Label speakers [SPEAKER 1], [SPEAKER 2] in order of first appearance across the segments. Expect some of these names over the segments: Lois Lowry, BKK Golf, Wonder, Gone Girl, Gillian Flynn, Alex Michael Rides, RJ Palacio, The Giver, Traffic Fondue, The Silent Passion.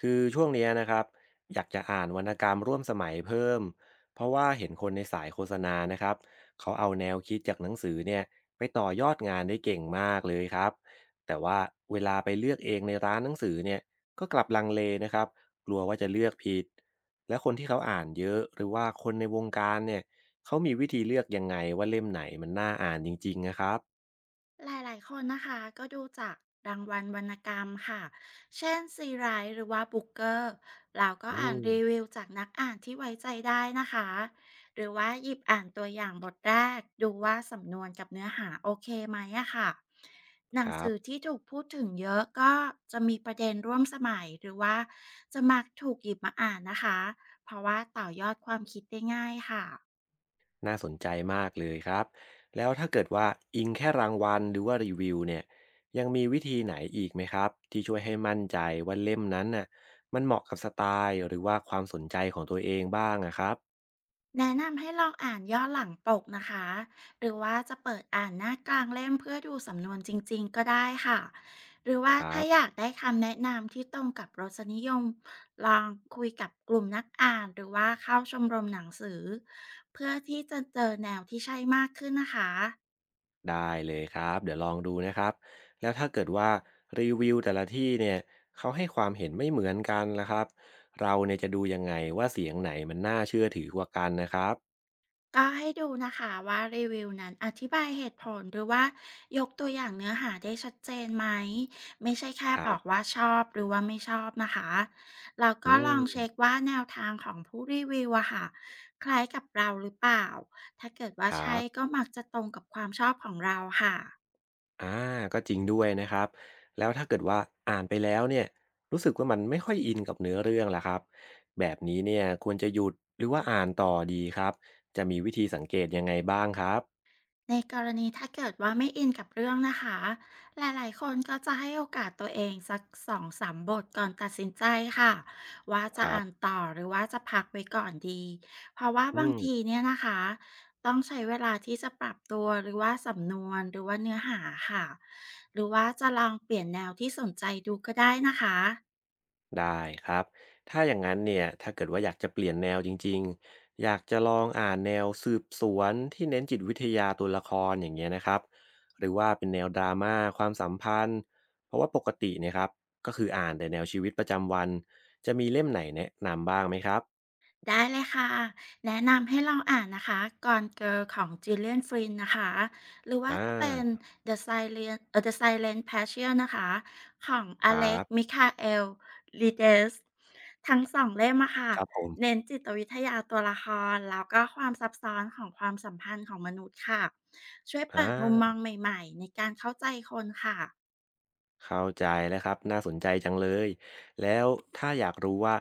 [SPEAKER 1] คือช่วงเนี้ยนะครับอยากจะอ่านวรรณกรรมร่วมสมัยเพิ่มเพราะว่าเห็นคนในสายโฆษณานะครับเขาเอาแนวคิดจากหนังสือเนี่ยไปต่อยอดงานได้เก่งมากเลยครับแต่ว่าเวลาไปเลือกเองในร้านหนังสือเนี่ยก็กลับลังเลนะครับกลัวว่าจะเลือกผิดและคนที่เขาอ่านเยอะหรือว่าคนในวงการเนี่ยเขามีวิธีเลือกยังไงว่าเล่มไหนมันน่าอ่านจริงๆนะครับ
[SPEAKER 2] หลายๆ คนนะคะก็ดูจากรางวัลวรรณกรรมค่ะ เช่นซีไรต์หรือว่าบุ๊กเกอร์เราก็
[SPEAKER 1] อื
[SPEAKER 2] อ่าน
[SPEAKER 1] ม
[SPEAKER 2] รีวิวจากนักอ่านที่ไว้ใจได้นะคะหรือว่าหยิบอ่านตัวอย่างบทแรกดูว่าสำนวนกับเนื้อหาโอเคไหมอะค่ะหนั
[SPEAKER 1] ค
[SPEAKER 2] ง
[SPEAKER 1] รั
[SPEAKER 2] สื
[SPEAKER 1] บ
[SPEAKER 2] อที่ถูกพูดถึงเยอะก็จะมีประเด็นร่วมสมัยหรือว่าจะมักถูกหยิบมาอ่านนะคะเพราะว่าต่อยอดความคิดได้ง่ายค่ะ
[SPEAKER 1] น่าสนใจมากเลยครับแล้วถ้าเกิดว่าอิงแค่รางวัลหรือว่ารีวิวเนี่ยยังมีวิธีไหนอีกไหมครับที่ช่วยให้มั่นใจว่าเล่มนั้นน่ะมันเหมาะกับสไตล์หรือว่าความสนใจของตัวเองบ้างนะครับ
[SPEAKER 2] แนะนำให้ลองอ่านย่อหลังปกนะคะ หรือว่าจะเปิดอ่านหน้ากลางเล่มเพื่อดูสำนวนจริงๆก็ได้ค่ะ หรือว่า
[SPEAKER 1] ครั
[SPEAKER 2] ถ้า
[SPEAKER 1] บ
[SPEAKER 2] อยากได้คำแนะนำที่ตรงกับรสนิยมลองคุยกับกลุ่มนักอ่านหรือว่าเข้าชมรมหนังสือเพื่อที่จะเจอแนวที่ใช่มากขึ้นนะคะ
[SPEAKER 1] ได้เลยครับเดี๋ยวลองดูนะครับแล้วถ้าเกิดว่ารีวิวแต่ละที่เนี่ยเขาให้ความเห็นไม่เหมือนกันนะครับเราเนี่ยจะดูยังไงว่าเสียงไหนมันน่าเชื่อถือกว่ากันนะครับ
[SPEAKER 2] ก็ให้ดูนะคะว่ารีวิวนั้นอธิบายเหตุผลหรือว่ายกตัวอย่างเนื้อหาได้ชัดเจนไหมไม่ใช่แค่
[SPEAKER 1] ค
[SPEAKER 2] บ
[SPEAKER 1] รั
[SPEAKER 2] อก
[SPEAKER 1] บ
[SPEAKER 2] ว่าชอบหรือว่าไม่ชอบนะคะแล้ว
[SPEAKER 1] อื
[SPEAKER 2] ก็ลอ
[SPEAKER 1] ม
[SPEAKER 2] งเช็คว่าแนวทางของผู้รีวิวอะค่ะคล้ายกับเราหรือเปล่าถ้าเกิดว่า
[SPEAKER 1] ครั
[SPEAKER 2] ใช่ก็
[SPEAKER 1] บ
[SPEAKER 2] มักจะตรงกับความชอบของเราค่ะ
[SPEAKER 1] อาก็จริงด้วยนะครับแล้วถ้าเกิดว่าอ่านไปแล้วเนี่ยรู้สึกว่ามันไม่ค่อยอินกับเนื้อเรื่องล่ะครับแบบนี้เนี่ยควรจะหยุดหรือว่าอ่านต่อดีครับจะมีวิธีสังเกตยังไงบ้างครับ
[SPEAKER 2] ในกรณีถ้าเกิดว่าไม่อินกับเรื่องนะคะหลายๆคนก็จะให้โอกาสตัวเองสักสองสามบทก่อนตัดสินใจค่ะว่า
[SPEAKER 1] ค
[SPEAKER 2] จะ
[SPEAKER 1] รั
[SPEAKER 2] อ่า
[SPEAKER 1] บ
[SPEAKER 2] นต่อหรือว่าจะพักไว้ก่อนดีเพราะว่า
[SPEAKER 1] อื
[SPEAKER 2] บาง
[SPEAKER 1] ม
[SPEAKER 2] ทีเนี่ยนะคะต้องใช้เวลาที่จะปรับตัวหรือว่าสำนวนหรือว่าเนื้อหาค่ะหรือว่าจะลองเปลี่ยนแนวที่สนใจดูก็ได้นะคะ
[SPEAKER 1] ได้ครับถ้าอย่างนั้นเนี่ยถ้าเกิดว่าอยากจะเปลี่ยนแนวจริงๆอยากจะลองอ่านแนวสืบสวนที่เน้นจิตวิทยาตัวละครอย่างเงี้ยนะครับหรือว่าเป็นแนวดราม่าความสัมพันธ์เพราะว่าปกติเนยครับก็คืออ่านแต่แนวชีวิตประจำวันจะมีเล่มไหนแนะนำบ้างไหมครับ
[SPEAKER 2] ได้เลยค่ะแนะนำให้ลองอ่านนะคะ Gone Girl ของ Gillian Flynn นะคะหรือว่า
[SPEAKER 1] อ่า
[SPEAKER 2] จะเป็น The Silent The Silent Passion นะคะของ
[SPEAKER 1] ครั
[SPEAKER 2] Alex
[SPEAKER 1] บ
[SPEAKER 2] Michael Rides ทั้งสองเล่มอะค่ะ
[SPEAKER 1] ครับผม
[SPEAKER 2] เน้นจิตวิทยาตัวละครแล้วก็ความซับซ้อนของความสัมพันธ์ของมนุษย์ค่ะช่วย
[SPEAKER 1] อ
[SPEAKER 2] เปิดมุมมอง
[SPEAKER 1] า
[SPEAKER 2] ใหม่ๆในการเข้าใจคนค่ะ
[SPEAKER 1] เข้าใจแล้วครับน่าสนใจจังเลยแล้วถ้าอยากรู้ว่า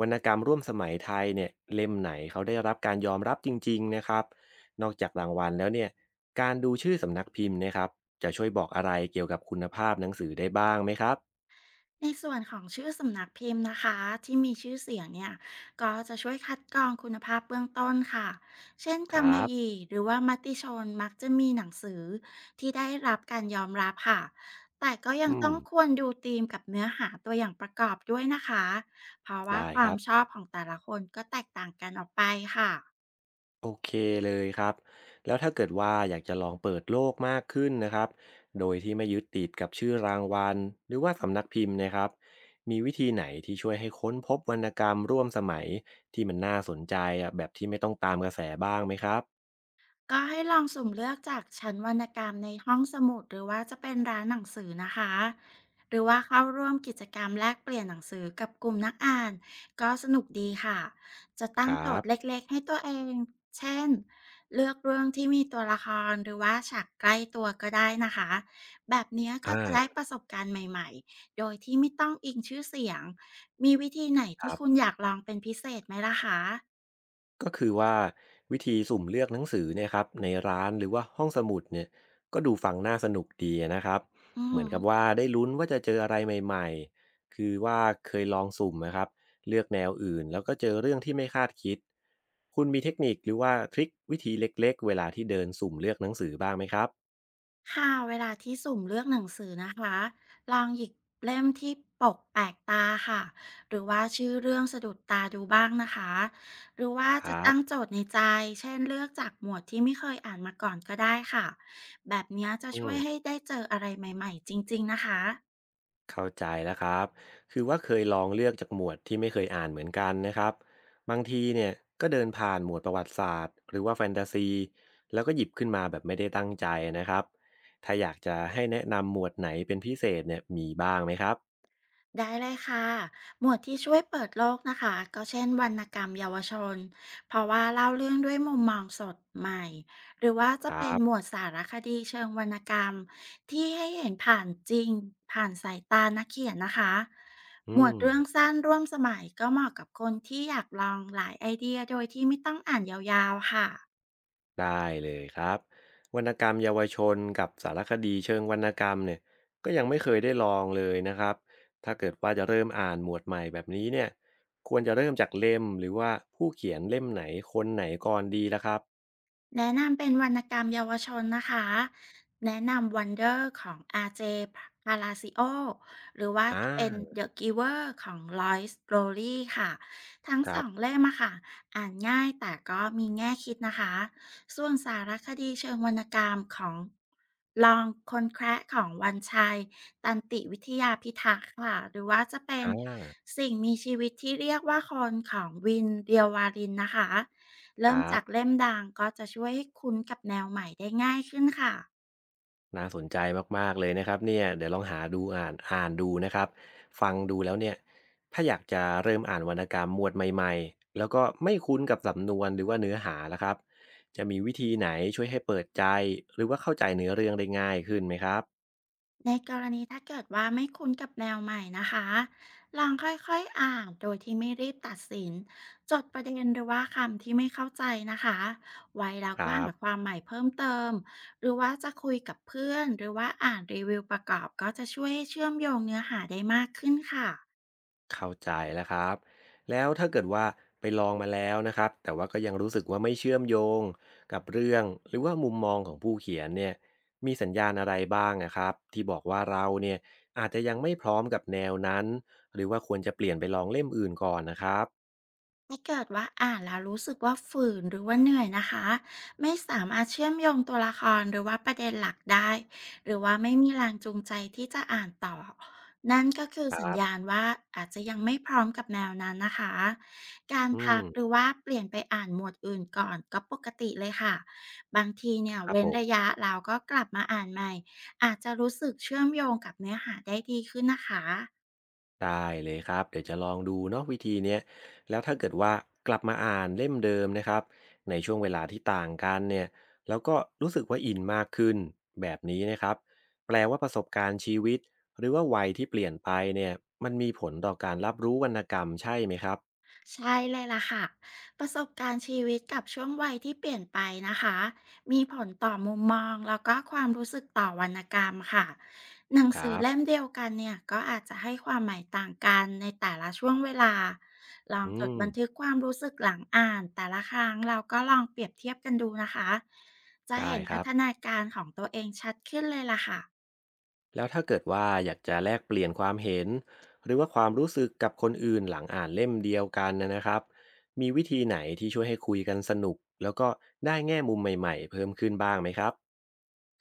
[SPEAKER 1] วรรณกรรมร่วมสมัยไทยเนี่ยเล่มไหนเขาได้รับการยอมรับจริงๆนะครับนอกจากรางวัลแล้วเนี่ยการดูชื่อสำนักพิมพ์เนะครับจะช่วยบอกอะไรเกี่ยวกับคุณภาพหนังสือได้บ้างไหมครับ
[SPEAKER 2] ในส่วนของชื่อสำนักพิมพ์นะคะที่มีชื่อเสียงเนี่ยก็จะช่วยคัดกรองคุณภาพเบื้องต้นค่ะเช่น
[SPEAKER 1] ค
[SPEAKER 2] กำ
[SPEAKER 1] รั
[SPEAKER 2] มะ
[SPEAKER 1] บ
[SPEAKER 2] หยี่หรือว่ามติชนมักจะมีหนังสือที่ได้รับการยอมรับค่ะแต่ก็ยัง
[SPEAKER 1] อื
[SPEAKER 2] ต้อ
[SPEAKER 1] ม
[SPEAKER 2] งควรดูธีมกับเนื้อหาตัวอย่างประกอบด้วยนะคะเพราะว่า
[SPEAKER 1] ได้
[SPEAKER 2] ค
[SPEAKER 1] ค
[SPEAKER 2] วาม
[SPEAKER 1] รับ
[SPEAKER 2] ชอบของแต่ละคนก็แตกต่างกันออกไปค่ะ
[SPEAKER 1] โอเคเลยครับแล้วถ้าเกิดว่าอยากจะลองเปิดโลกมากขึ้นนะครับโดยที่ไม่ยึดติดกับชื่อรางวัลหรือว่าสำนักพิมพ์นะครับมีวิธีไหนที่ช่วยให้ค้นพบวรรณกรรมร่วมสมัยที่มันน่าสนใจอะแบบที่ไม่ต้องตามกระแสบ้างไหมครับ
[SPEAKER 2] ก็ให้ลองสุ่มเลือกจากชั้นวรรณกรรมในห้องสมุดหรือว่าจะเป็นร้านหนังสือนะคะหรือว่าเข้าร่วมกิจกรรมแลกเปลี่ยนหนังสือกับกลุ่มนักอ่านก็สนุกดีค่ะจะตั้
[SPEAKER 1] ค
[SPEAKER 2] งโจ
[SPEAKER 1] รั
[SPEAKER 2] ทย์เ
[SPEAKER 1] บ
[SPEAKER 2] ล็กๆให้ตัวเองเช่นเลือกเรื่องที่มีตัวละครหรือว่าฉากใกล้ตัวก็ได้นะคะแบบเนี้ย
[SPEAKER 1] อ
[SPEAKER 2] ก็จะได้ป
[SPEAKER 1] ่า
[SPEAKER 2] ระสบการณ์ใหม่ๆโดยที่ไม่ต้องอิงชื่อเสียงมีวิธีไหน
[SPEAKER 1] ค
[SPEAKER 2] ที่
[SPEAKER 1] รับ
[SPEAKER 2] คุณอยากลองเป็นพิเศษไหมล่ะคะ
[SPEAKER 1] ก็คือว่าวิธีสุ่มเลือกหนังสือเนี่ยครับในร้านหรือว่าห้องสมุดเนี่ยก็ดูฟังน่าสนุกดีนะครับ
[SPEAKER 2] อื
[SPEAKER 1] เหมือนกับว่า
[SPEAKER 2] ม
[SPEAKER 1] ได้ลุ้นว่าจะเจออะไรใหม่ๆคือว่าเคยลองสุ่มนะครับเลือกแนวอื่นแล้วก็เจอเรื่องที่ไม่คาดคิดคุณมีเทคนิคหรือว่าทริควิธีเล็กๆเวลาที่เดินสุ่มเลือกหนังสือบ้างไหมครับ
[SPEAKER 2] ค่ะเวลาที่สุ่มเลือกหนังสือนะคะลองหยิบเล่มที่ปกแปลกตาค่ะหรือว่าชื่อเรื่องสะดุดตาดูบ้างนะคะหรือว่า
[SPEAKER 1] ค
[SPEAKER 2] จะ
[SPEAKER 1] รั
[SPEAKER 2] ตั้
[SPEAKER 1] บ
[SPEAKER 2] งโจทย์ในใจเช่นเลือกจากหมวดที่ไม่เคยอ่านมาก่อนก็ได้ค่ะแบบเนี้ยจะ
[SPEAKER 1] อื
[SPEAKER 2] ช่ว
[SPEAKER 1] ม
[SPEAKER 2] ยให้ได้เจออะไรใหม่ๆจริงๆนะคะ
[SPEAKER 1] เข้าใจแล้วครับ คือว่าเคยลองเลือกจากหมวดที่ไม่เคยอ่านเหมือนกันนะครับ บางทีเนี่ยก็เดินผ่านหมวดประวัติศาสตร์หรือว่าแฟนตาซีแล้วก็หยิบขึ้นมาแบบไม่ได้ตั้งใจนะครับ ถ้าอยากจะให้แนะนำหมวดไหนเป็นพิเศษเนี่ยมีบ้างไหมครับ
[SPEAKER 2] ได้เลยค่ะหมวดที่ช่วยเปิดโลกนะคะก็เช่นวรรณกรรมเยาวชนเพราะว่าเล่าเรื่องด้วยมุมมองสดใหม่หรือว่า
[SPEAKER 1] ค
[SPEAKER 2] จะ
[SPEAKER 1] รั
[SPEAKER 2] เป็นหมว
[SPEAKER 1] บ
[SPEAKER 2] ดสารคดีเชิงวรรณกรรมที่ให้เห็นผ่านจริงผ่านสายตานักเขียนนะคะหม
[SPEAKER 1] อื
[SPEAKER 2] วด
[SPEAKER 1] ม
[SPEAKER 2] เรื่องสั้นร่วมสมัยก็เหมาะกับคนที่อยากลองหลายไอเดียโดยที่ไม่ต้องอ่านยาวๆค่ะ
[SPEAKER 1] ได้เลยครับวรรณกรรมเยาวชนกับสารคดีเชิงวรรณกรรมเนี่ยก็ยังไม่เคยได้ลองเลยนะครับถ้าเกิดว่าจะเริ่มอ่านหมวดใหม่แบบนี้เนี่ยควรจะเริ่มจากเล่มหรือว่าผู้เขียนเล่มไหนคนไหนก่อนดีล่ะครับ
[SPEAKER 2] แนะนำเป็นวรรณกรรมเยาวชนนะคะแนะนำ Wonder ของ RJ Palacio หรือว่า
[SPEAKER 1] อ่
[SPEAKER 2] จะเป็น
[SPEAKER 1] า
[SPEAKER 2] The Giver ของ Lois Lowry ค่ะทั้ง
[SPEAKER 1] ค
[SPEAKER 2] ส
[SPEAKER 1] รั
[SPEAKER 2] อ
[SPEAKER 1] บ
[SPEAKER 2] งเล่มอะค่ะอ่านง่ายแต่ก็มีแง่คิดนะคะส่วนสารคดีเชิงวรรณกรรมของลองคนแคระของวันชัยตันติวิทยาพิทักษ์ค่ะหรือว่าจะเป็น
[SPEAKER 1] อ่า
[SPEAKER 2] สิ่งมีชีวิตที่เรียกว่าคนของวินเดียววารินนะคะ
[SPEAKER 1] ค
[SPEAKER 2] เริ่ม
[SPEAKER 1] รับ
[SPEAKER 2] จากเล่มดังก็จะช่วยให้คุ้นกับแนวใหม่ได้ง่ายขึ้นค่ะ
[SPEAKER 1] น่าสนใจมากๆเลยนะครับเนี่ยเดี๋ยวลองหาดูอ่านอ่านดูนะครับฟังดูแล้วเนี่ยถ้าอยากจะเริ่มอ่านวรรณกรรมหมวดใหม่ๆแล้วก็ไม่คุ้นกับสำนวนหรือว่าเนื้อหาล่ะครับจะมีวิธีไหนช่วยให้เปิดใจหรือว่าเข้าใจเนื้อเรื่องได้ง่ายขึ้นไหมครับ
[SPEAKER 2] ในกรณีถ้าเกิดว่าไม่คุ้นกับแนวใหม่นะคะลองค่อยๆอ่านโดยที่ไม่รีบตัดสินจดประเด็นหรือว่าคำที่ไม่เข้าใจนะคะไว้แล้ว
[SPEAKER 1] ค
[SPEAKER 2] ก็
[SPEAKER 1] รั
[SPEAKER 2] หาค
[SPEAKER 1] บ
[SPEAKER 2] วามใหม่เพิ่มเติมหรือว่าจะคุยกับเพื่อนหรือว่าอ่านรีวิวประกอบก็จะช่วยให้เชื่อมโยงเนื้อหาได้มากขึ้นค่ะ
[SPEAKER 1] เข้าใจแล้วครับแล้วถ้าเกิดว่าไปลองมาแล้วนะครับแต่ว่าก็ยังรู้สึกว่าไม่เชื่อมโยงกับเรื่องหรือว่ามุมมองของผู้เขียนเนี่ยมีสัญญาณอะไรบ้างนะครับที่บอกว่าเราเนี่ยอาจจะยังไม่พร้อมกับแนวนั้นหรือว่าควรจะเปลี่ยนไปลองเล่มอื่นก่อนนะครับ
[SPEAKER 2] ถ้าเกิดว่าอ่านแล้วรู้สึกว่าฝืนหรือว่าเหนื่อยนะคะไม่สามารถเชื่อมโยงตัวละครหรือว่าประเด็นหลักได้หรือว่าไม่มีแรงจูงใจที่จะอ่านต่อนั่นก็คือ
[SPEAKER 1] ค
[SPEAKER 2] สัญ
[SPEAKER 1] รับ
[SPEAKER 2] ญาณว่าอาจจะยังไม่พร้อมกับแนวนั้นนะคะการ
[SPEAKER 1] อื
[SPEAKER 2] พั
[SPEAKER 1] ม
[SPEAKER 2] กหรือว่าเปลี่ยนไปอ่านหมวดอื่นก่อนก็ปกติเลยค่ะบางทีเนี่ย
[SPEAKER 1] ครับ
[SPEAKER 2] เว้
[SPEAKER 1] ผ
[SPEAKER 2] น
[SPEAKER 1] ม
[SPEAKER 2] ระยะแล้วก็กลับมาอ่านใหม่อาจจะรู้สึกเชื่อมโยงกับเนื้อหาได้ดีขึ้นนะคะ
[SPEAKER 1] ได้เลยครับเดี๋ยวจะลองดูเนาะวิธีเนี้ยแล้วถ้าเกิดว่ากลับมาอ่านเล่มเดิมนะครับในช่วงเวลาที่ต่างกันเนี่ยแล้วก็รู้สึกว่าอินมากขึ้นแบบนี้นะครับแปลว่าประสบการณ์ชีวิตหรือว่าวัยที่เปลี่ยนไปเนี่ยมันมีผลต่อการรับรู้วรรณกรรมใช่ไหมครับ
[SPEAKER 2] ใช่เลยล่ะค่ะประสบการณ์ชีวิตกับช่วงวัยที่เปลี่ยนไปนะคะมีผลต่อมุมมองแล้วก็ความรู้สึกต่อวรรณกรรมค่ะหนัง
[SPEAKER 1] ค
[SPEAKER 2] สือ
[SPEAKER 1] รับ
[SPEAKER 2] เล่มเดียวกันเนี่ยก็อาจจะให้ความหมายต่างกันในแต่ละช่วงเวลาลอง
[SPEAKER 1] อื
[SPEAKER 2] จด
[SPEAKER 1] ม
[SPEAKER 2] บันทึกความรู้สึกหลังอ่านแต่ละครั้งเราก็ลองเปรียบเทียบกันดูนะคะจะ
[SPEAKER 1] ได้
[SPEAKER 2] เห็น
[SPEAKER 1] ค
[SPEAKER 2] พั
[SPEAKER 1] รับ
[SPEAKER 2] ฒนาการของตัวเองชัดขึ้นเลยล่ะค่ะ
[SPEAKER 1] แล้วถ้าเกิดว่าอยากจะแลกเปลี่ยนความเห็นหรือว่าความรู้สึกกับคนอื่นหลังอ่านเล่มเดียวกันนะครับมีวิธีไหนที่ช่วยให้คุยกันสนุกแล้วก็ได้แง่มุมใหม่ๆเพิ่มขึ้นบ้างไหมครับ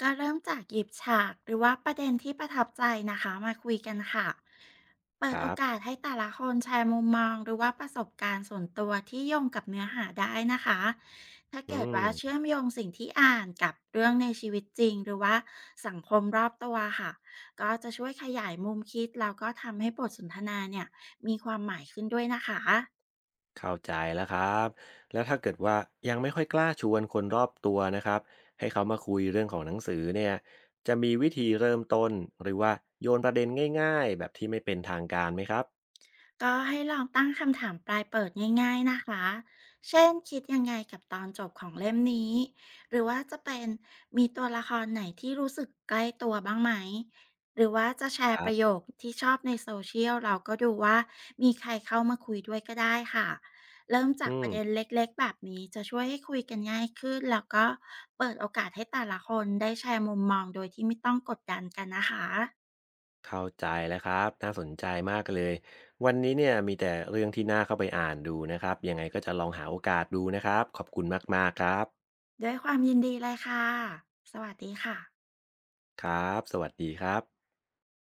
[SPEAKER 2] ก็เริ่มจากหยิบฉากหรือว่าประเด็นที่ประทับใจนะคะมาคุยกันค่ะเปิ
[SPEAKER 1] ค
[SPEAKER 2] ดโอ
[SPEAKER 1] รับ
[SPEAKER 2] กาสให้แต่ละคนแชร์มุมมองหรือว่าประสบการณ์ส่วนตัวที่โยงกับเนื้อหาได้นะคะ ถ้า
[SPEAKER 1] อื
[SPEAKER 2] เกิด
[SPEAKER 1] ม
[SPEAKER 2] ว่าเชื่อมโยงสิ่งที่อ่านกับเรื่องในชีวิตจริงหรือว่าสังคมรอบตัวค่ะก็จะช่วยขยายมุมคิดแล้วก็ทำให้บทสนทนาเนี่ยมีความหมายขึ้นด้วยนะคะ
[SPEAKER 1] เข้าใจแล้วครับแล้วถ้าเกิดว่ายังไม่ค่อยกล้าชวนคนรอบตัวนะครับให้เขามาคุยเรื่องของหนังสือเนี่ยจะมีวิธีเริ่มต้นหรือว่าโยนประเด็นง่ายๆแบบที่ไม่เป็นทางการไหมครับ
[SPEAKER 2] ก็ให้ลองตั้งคำถามปลายเปิดง่ายๆนะคะ เช่นคิดยังไงกับตอนจบของเล่มนี้ หรือว่าจะเป็นมีตัวละครไหนที่รู้สึกใกล้ตัวบ้างไหม หรือว่าจะแช
[SPEAKER 1] ค
[SPEAKER 2] ร์ป
[SPEAKER 1] รั
[SPEAKER 2] ระโย
[SPEAKER 1] บ
[SPEAKER 2] คที่ชอบในโซเชียลเราก็ดูว่ามีใครเข้ามาคุยด้วยก็ได้ค่ะ เริ่มจา
[SPEAKER 1] อื
[SPEAKER 2] กป
[SPEAKER 1] ม
[SPEAKER 2] ระเด็นเล็กๆแบบนี้จะช่วยให้คุยกันง่ายขึ้นแล้วก็เปิดโอกาสให้แต่ละคนได้แชร์มุมมองโดยที่ไม่ต้องกดดันกันนะคะ
[SPEAKER 1] เข้าใจแล้วครับน่าสนใจมากเลยวันนี้เนี่ยมีแต่เรื่องที่น่าเข้าไปอ่านดูนะครับยังไงก็จะลองหาโอกาสดูนะครับขอบคุณมากๆครับ
[SPEAKER 2] ด้วยความยินดีเลยค่ะสวัสดีค่ะ
[SPEAKER 1] ครับสวัสดีครับ